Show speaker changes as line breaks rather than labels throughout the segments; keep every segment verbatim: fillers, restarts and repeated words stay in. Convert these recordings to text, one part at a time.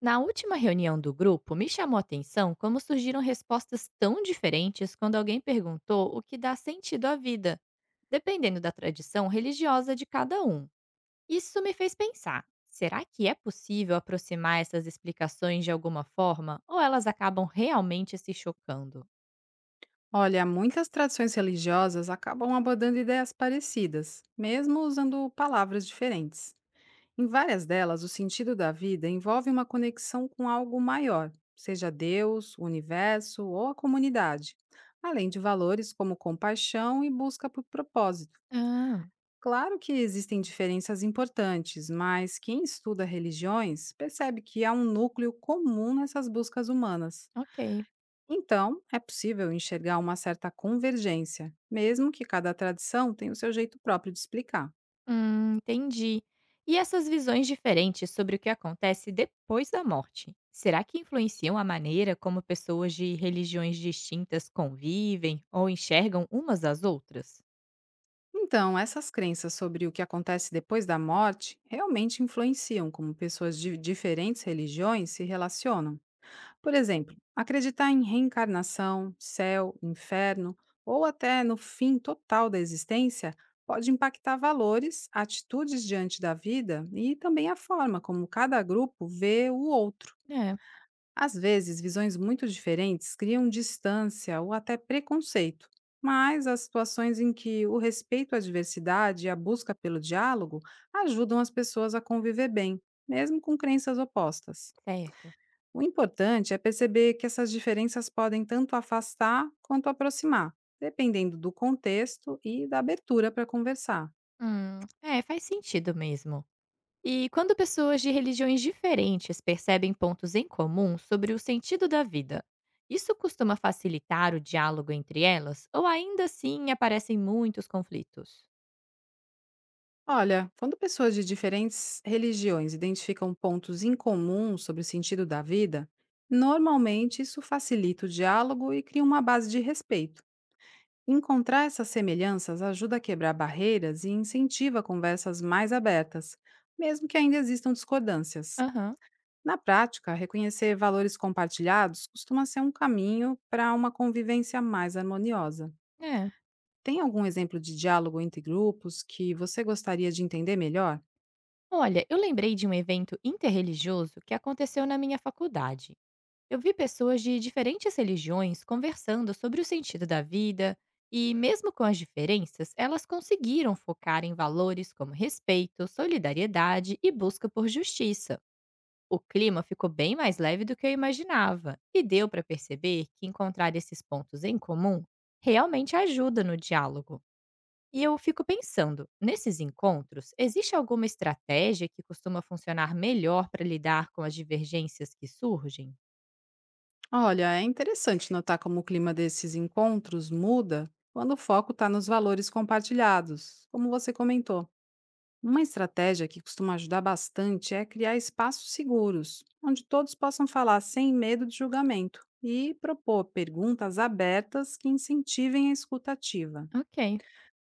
Na última reunião do grupo, me chamou a atenção como surgiram respostas tão diferentes quando alguém perguntou o que dá sentido à vida, dependendo da tradição religiosa de cada um. Isso me fez pensar: será que é possível aproximar essas explicações de alguma forma ou elas acabam realmente se chocando?
Olha, muitas tradições religiosas acabam abordando ideias parecidas, mesmo usando palavras diferentes. Em várias delas, o sentido da vida envolve uma conexão com algo maior, seja Deus, o universo ou a comunidade, além de valores como compaixão e busca por propósito.
Ah,
Claro que existem diferenças importantes, mas quem estuda religiões percebe que há um núcleo comum nessas buscas humanas.
ok.
Então, é possível enxergar uma certa convergência, mesmo que cada tradição tenha o seu jeito próprio de explicar.
Hum, entendi. E essas visões diferentes sobre o que acontece depois da morte, será que influenciam a maneira como pessoas de religiões distintas convivem ou enxergam umas às outras?
Então, essas crenças sobre o que acontece depois da morte realmente influenciam como pessoas de diferentes religiões se relacionam. Por exemplo, acreditar em reencarnação, céu, inferno ou até no fim total da existência pode impactar valores, atitudes diante da vida e também a forma como cada grupo vê o outro.
É,
Às vezes, visões muito diferentes criam distância ou até preconceito, mas as situações em que o respeito à diversidade e a busca pelo diálogo ajudam as pessoas a conviver bem, mesmo com crenças opostas.
certo.
O importante é perceber que essas diferenças podem tanto afastar quanto aproximar, dependendo do contexto e da abertura para conversar.
Hum, é, faz sentido mesmo. E quando pessoas de religiões diferentes percebem pontos em comum sobre o sentido da vida, isso costuma facilitar o diálogo entre elas ou ainda assim aparecem muitos conflitos?
Olha, quando pessoas de diferentes religiões identificam pontos em comum sobre o sentido da vida, normalmente isso facilita o diálogo e cria uma base de respeito. Encontrar essas semelhanças ajuda a quebrar barreiras e incentiva conversas mais abertas, mesmo que ainda existam discordâncias.
Aham,
Na prática, reconhecer valores compartilhados costuma ser um caminho para uma convivência mais harmoniosa.
é.
Tem algum exemplo de diálogo entre grupos que você gostaria de entender melhor?
Olha, eu lembrei de um evento interreligioso que aconteceu na minha faculdade. Eu vi pessoas de diferentes religiões conversando sobre o sentido da vida e, mesmo com as diferenças, elas conseguiram focar em valores como respeito, solidariedade e busca por justiça. O clima ficou bem mais leve do que eu imaginava e deu para perceber que encontrar esses pontos em comum realmente ajuda no diálogo. E eu fico pensando, nesses encontros, existe alguma estratégia que costuma funcionar melhor para lidar com as divergências que surgem?
Olha, é interessante notar como o clima desses encontros muda quando o foco está nos valores compartilhados, como você comentou. Uma estratégia que costuma ajudar bastante é criar espaços seguros, onde todos possam falar sem medo de julgamento e propor perguntas abertas que incentivem a escutativa.
Ok.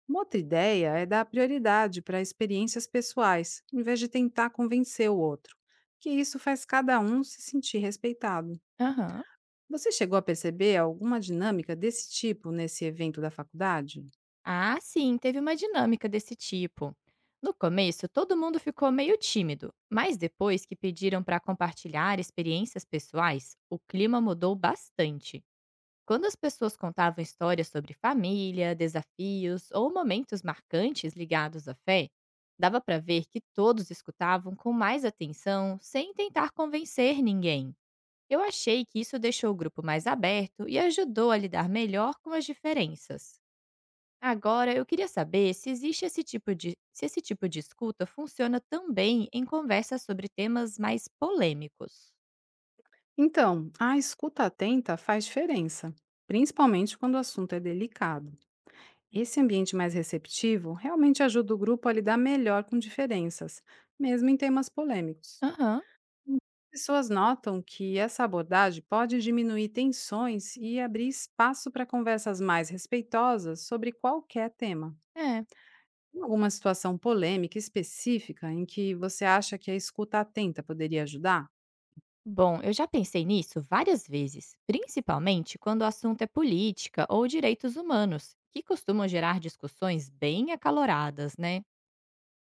Uma outra ideia é dar prioridade para experiências pessoais, em vez de tentar convencer o outro, que isso faz cada um se sentir respeitado.
Aham.
Você chegou a perceber alguma dinâmica desse tipo nesse evento da faculdade?
Ah, sim, teve uma dinâmica desse tipo. No começo, todo mundo ficou meio tímido, mas depois que pediram para compartilhar experiências pessoais, o clima mudou bastante. Quando as pessoas contavam histórias sobre família, desafios ou momentos marcantes ligados à fé, dava para ver que todos escutavam com mais atenção, sem tentar convencer ninguém. Eu achei que isso deixou o grupo mais aberto e ajudou a lidar melhor com as diferenças. Agora, eu queria saber se existe esse tipo de se esse tipo de escuta funciona também em conversas sobre temas mais polêmicos.
Então, a escuta atenta faz diferença, principalmente quando o assunto é delicado. Esse ambiente mais receptivo realmente ajuda o grupo a lidar melhor com diferenças, mesmo em temas polêmicos.
Aham,
Pessoas notam que essa abordagem pode diminuir tensões e abrir espaço para conversas mais respeitosas sobre qualquer tema.
é.
Tem alguma situação polêmica específica em que você acha que a escuta atenta poderia ajudar?
Bom, eu já pensei nisso várias vezes, principalmente quando o assunto é política ou direitos humanos, que costumam gerar discussões bem acaloradas, né?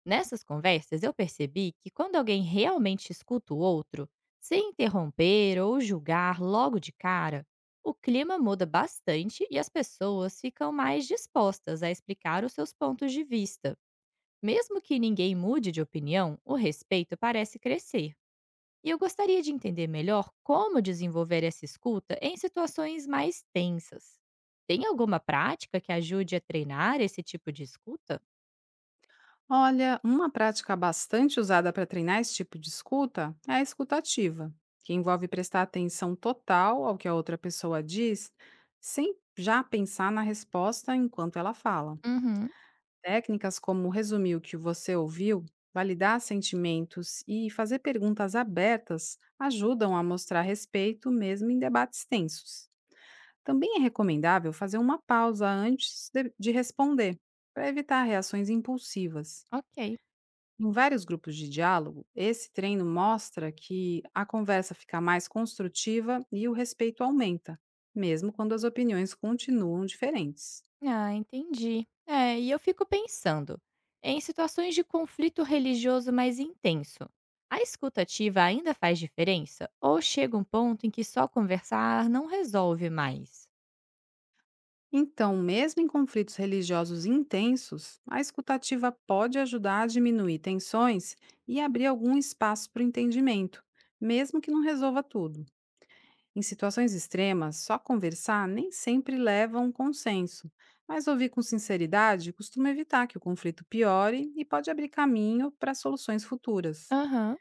Nessas conversas, eu percebi que quando alguém realmente escuta o outro, sem interromper ou julgar logo de cara, o clima muda bastante e as pessoas ficam mais dispostas a explicar os seus pontos de vista. Mesmo que ninguém mude de opinião, o respeito parece crescer. E eu gostaria de entender melhor como desenvolver essa escuta em situações mais tensas. Tem alguma prática que ajude a treinar esse tipo de escuta?
Olha, uma prática bastante usada para treinar esse tipo de escuta é a escuta ativa, que envolve prestar atenção total ao que a outra pessoa diz, sem já pensar na resposta enquanto ela fala.
Uhum,
Técnicas como resumir o que você ouviu, validar sentimentos e fazer perguntas abertas ajudam a mostrar respeito mesmo em debates tensos. Também é recomendável fazer uma pausa antes de de responder, para evitar reações impulsivas.
ok.
Em vários grupos de diálogo, esse treino mostra que a conversa fica mais construtiva e o respeito aumenta, mesmo quando as opiniões continuam diferentes.
Ah, entendi. É, e eu fico pensando, em situações de conflito religioso mais intenso, a escuta ativa ainda faz diferença? Ou chega um ponto em que só conversar não resolve mais?
Então, mesmo em conflitos religiosos intensos, a escutativa pode ajudar a diminuir tensões e abrir algum espaço para o entendimento, mesmo que não resolva tudo. Em situações extremas, só conversar nem sempre leva a um consenso, mas ouvir com sinceridade costuma evitar que o conflito piore e pode abrir caminho para soluções futuras.
Aham.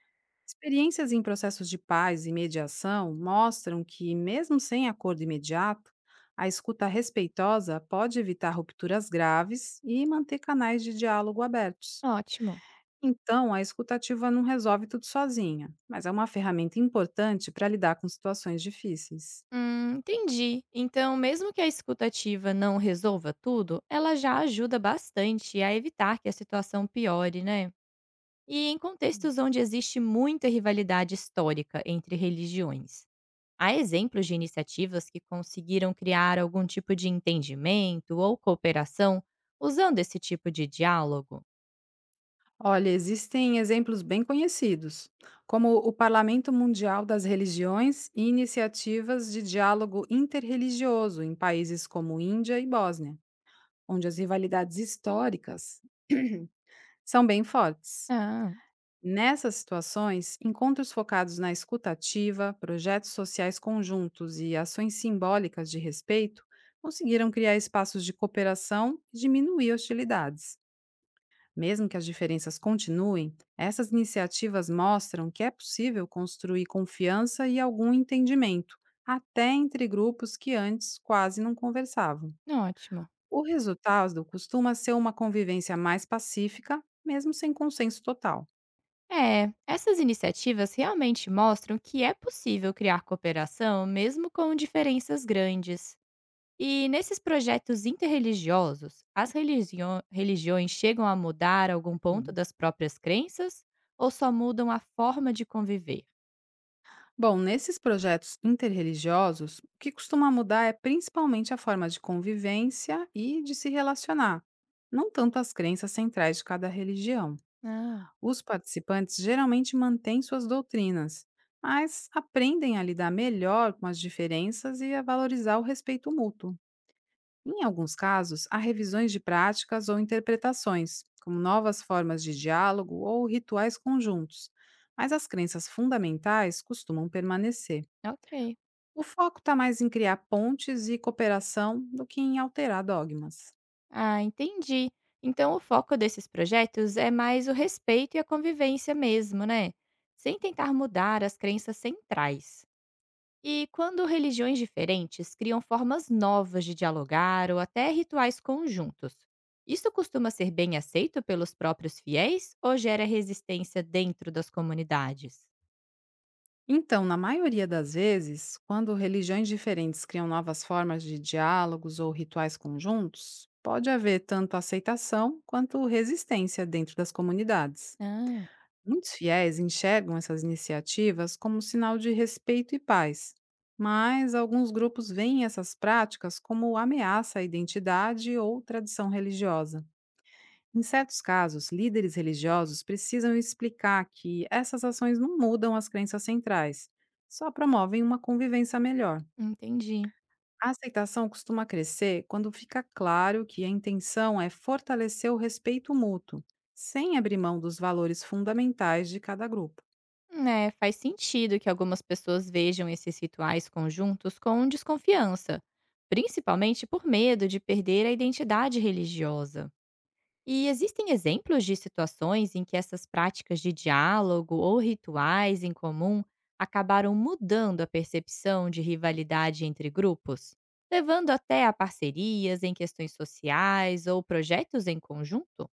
Experiências em processos de paz e mediação mostram que, mesmo sem acordo imediato, a escuta respeitosa pode evitar rupturas graves e manter canais de diálogo abertos.
Ótimo.
Então, a escutativa não resolve tudo sozinha, mas é uma ferramenta importante para lidar com situações difíceis.
Hum, entendi. Então, mesmo que a escuta ativa não resolva tudo, ela já ajuda bastante a evitar que a situação piore, né? E em contextos onde existe muita rivalidade histórica entre religiões, há exemplos de iniciativas que conseguiram criar algum tipo de entendimento ou cooperação usando esse tipo de diálogo?
Olha, existem exemplos bem conhecidos, como o Parlamento Mundial das Religiões e iniciativas de diálogo interreligioso em países como Índia e Bósnia, onde as rivalidades históricas são bem fortes.
Ah,
Nessas situações, encontros focados na escutativa, projetos sociais conjuntos e ações simbólicas de respeito conseguiram criar espaços de cooperação e diminuir hostilidades. Mesmo que as diferenças continuem, essas iniciativas mostram que é possível construir confiança e algum entendimento, até entre grupos que antes quase não conversavam.
ótimo.
O resultado costuma ser uma convivência mais pacífica, mesmo sem consenso total.
É, essas iniciativas realmente mostram que é possível criar cooperação mesmo com diferenças grandes. E nesses projetos interreligiosos, as relisio- religiões chegam a mudar algum ponto
Hum.
das próprias crenças ou só mudam a forma de conviver?
Bom, nesses projetos interreligiosos, o que costuma mudar é principalmente a forma de convivência e de se relacionar, não tanto as crenças centrais de cada religião.
Ah,
Os participantes geralmente mantêm suas doutrinas, mas aprendem a lidar melhor com as diferenças e a valorizar o respeito mútuo. Em alguns casos, há revisões de práticas ou interpretações, como novas formas de diálogo ou rituais conjuntos, mas as crenças fundamentais costumam permanecer.
ok.
O foco está mais em criar pontes e cooperação do que em alterar dogmas.
Ah, entendi. Então o foco desses projetos é mais o respeito e a convivência mesmo, né? Sem tentar mudar as crenças centrais. E quando religiões diferentes criam formas novas de dialogar ou até rituais conjuntos, isso costuma ser bem aceito pelos próprios fiéis ou gera resistência dentro das comunidades?
Então, na maioria das vezes, quando religiões diferentes criam novas formas de diálogos ou rituais conjuntos, pode haver tanto aceitação quanto resistência dentro das comunidades.
Ah,
Muitos fiéis enxergam essas iniciativas como sinal de respeito e paz, mas alguns grupos veem essas práticas como ameaça à identidade ou tradição religiosa. Em certos casos, líderes religiosos precisam explicar que essas ações não mudam as crenças centrais, só promovem uma convivência melhor.
entendi.
A aceitação costuma crescer quando fica claro que a intenção é fortalecer o respeito mútuo, sem abrir mão dos valores fundamentais de cada grupo.
É, faz sentido que algumas pessoas vejam esses rituais conjuntos com desconfiança, principalmente por medo de perder a identidade religiosa. E existem exemplos de situações em que essas práticas de diálogo ou rituais em comum acabaram mudando a percepção de rivalidade entre grupos, levando até a parcerias em questões sociais ou projetos em conjunto?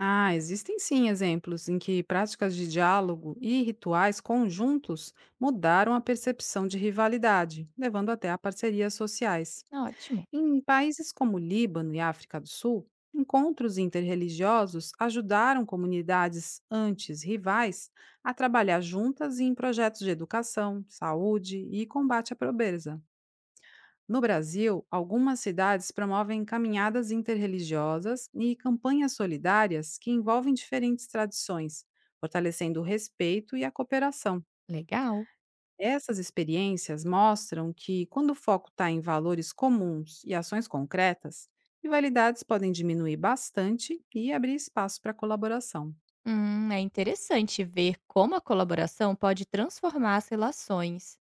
Ah, existem sim exemplos em que práticas de diálogo e rituais conjuntos mudaram a percepção de rivalidade, levando até a parcerias sociais.
Ótimo,
Em países como Líbano e África do Sul, encontros interreligiosos ajudaram comunidades antes rivais a trabalhar juntas em projetos de educação, saúde e combate à pobreza. No Brasil, algumas cidades promovem caminhadas interreligiosas e campanhas solidárias que envolvem diferentes tradições, fortalecendo o respeito e a cooperação.
legal.
Essas experiências mostram que, quando o foco está em valores comuns e ações concretas, rivalidades podem diminuir bastante e abrir espaço para colaboração.
Hum, é interessante ver como a colaboração pode transformar as relações.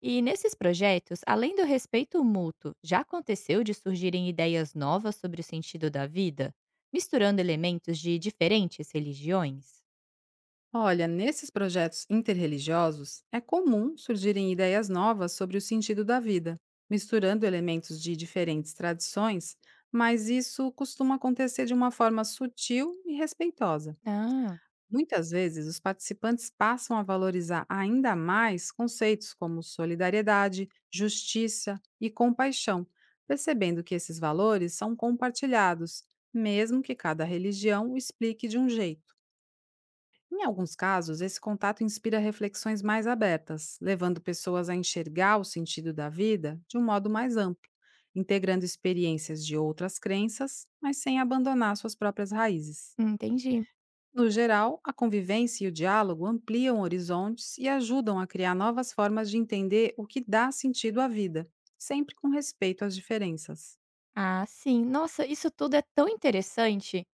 E nesses projetos, além do respeito mútuo, já aconteceu de surgirem ideias novas sobre o sentido da vida, misturando elementos de diferentes religiões?
Olha, nesses projetos interreligiosos, é comum surgirem ideias novas sobre o sentido da vida, misturando elementos de diferentes tradições, mas isso costuma acontecer de uma forma sutil e respeitosa.
Ah,
Muitas vezes, os participantes passam a valorizar ainda mais conceitos como solidariedade, justiça e compaixão, percebendo que esses valores são compartilhados, mesmo que cada religião o explique de um jeito. Em alguns casos, esse contato inspira reflexões mais abertas, levando pessoas a enxergar o sentido da vida de um modo mais amplo, integrando experiências de outras crenças, mas sem abandonar suas próprias raízes.
entendi.
No geral, a convivência e o diálogo ampliam horizontes e ajudam a criar novas formas de entender o que dá sentido à vida, sempre com respeito às diferenças.
Ah, sim. Nossa, isso tudo é tão interessante.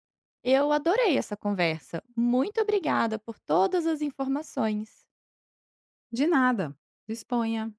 Eu adorei essa conversa. Muito obrigada por todas as informações.
De nada. Disponha.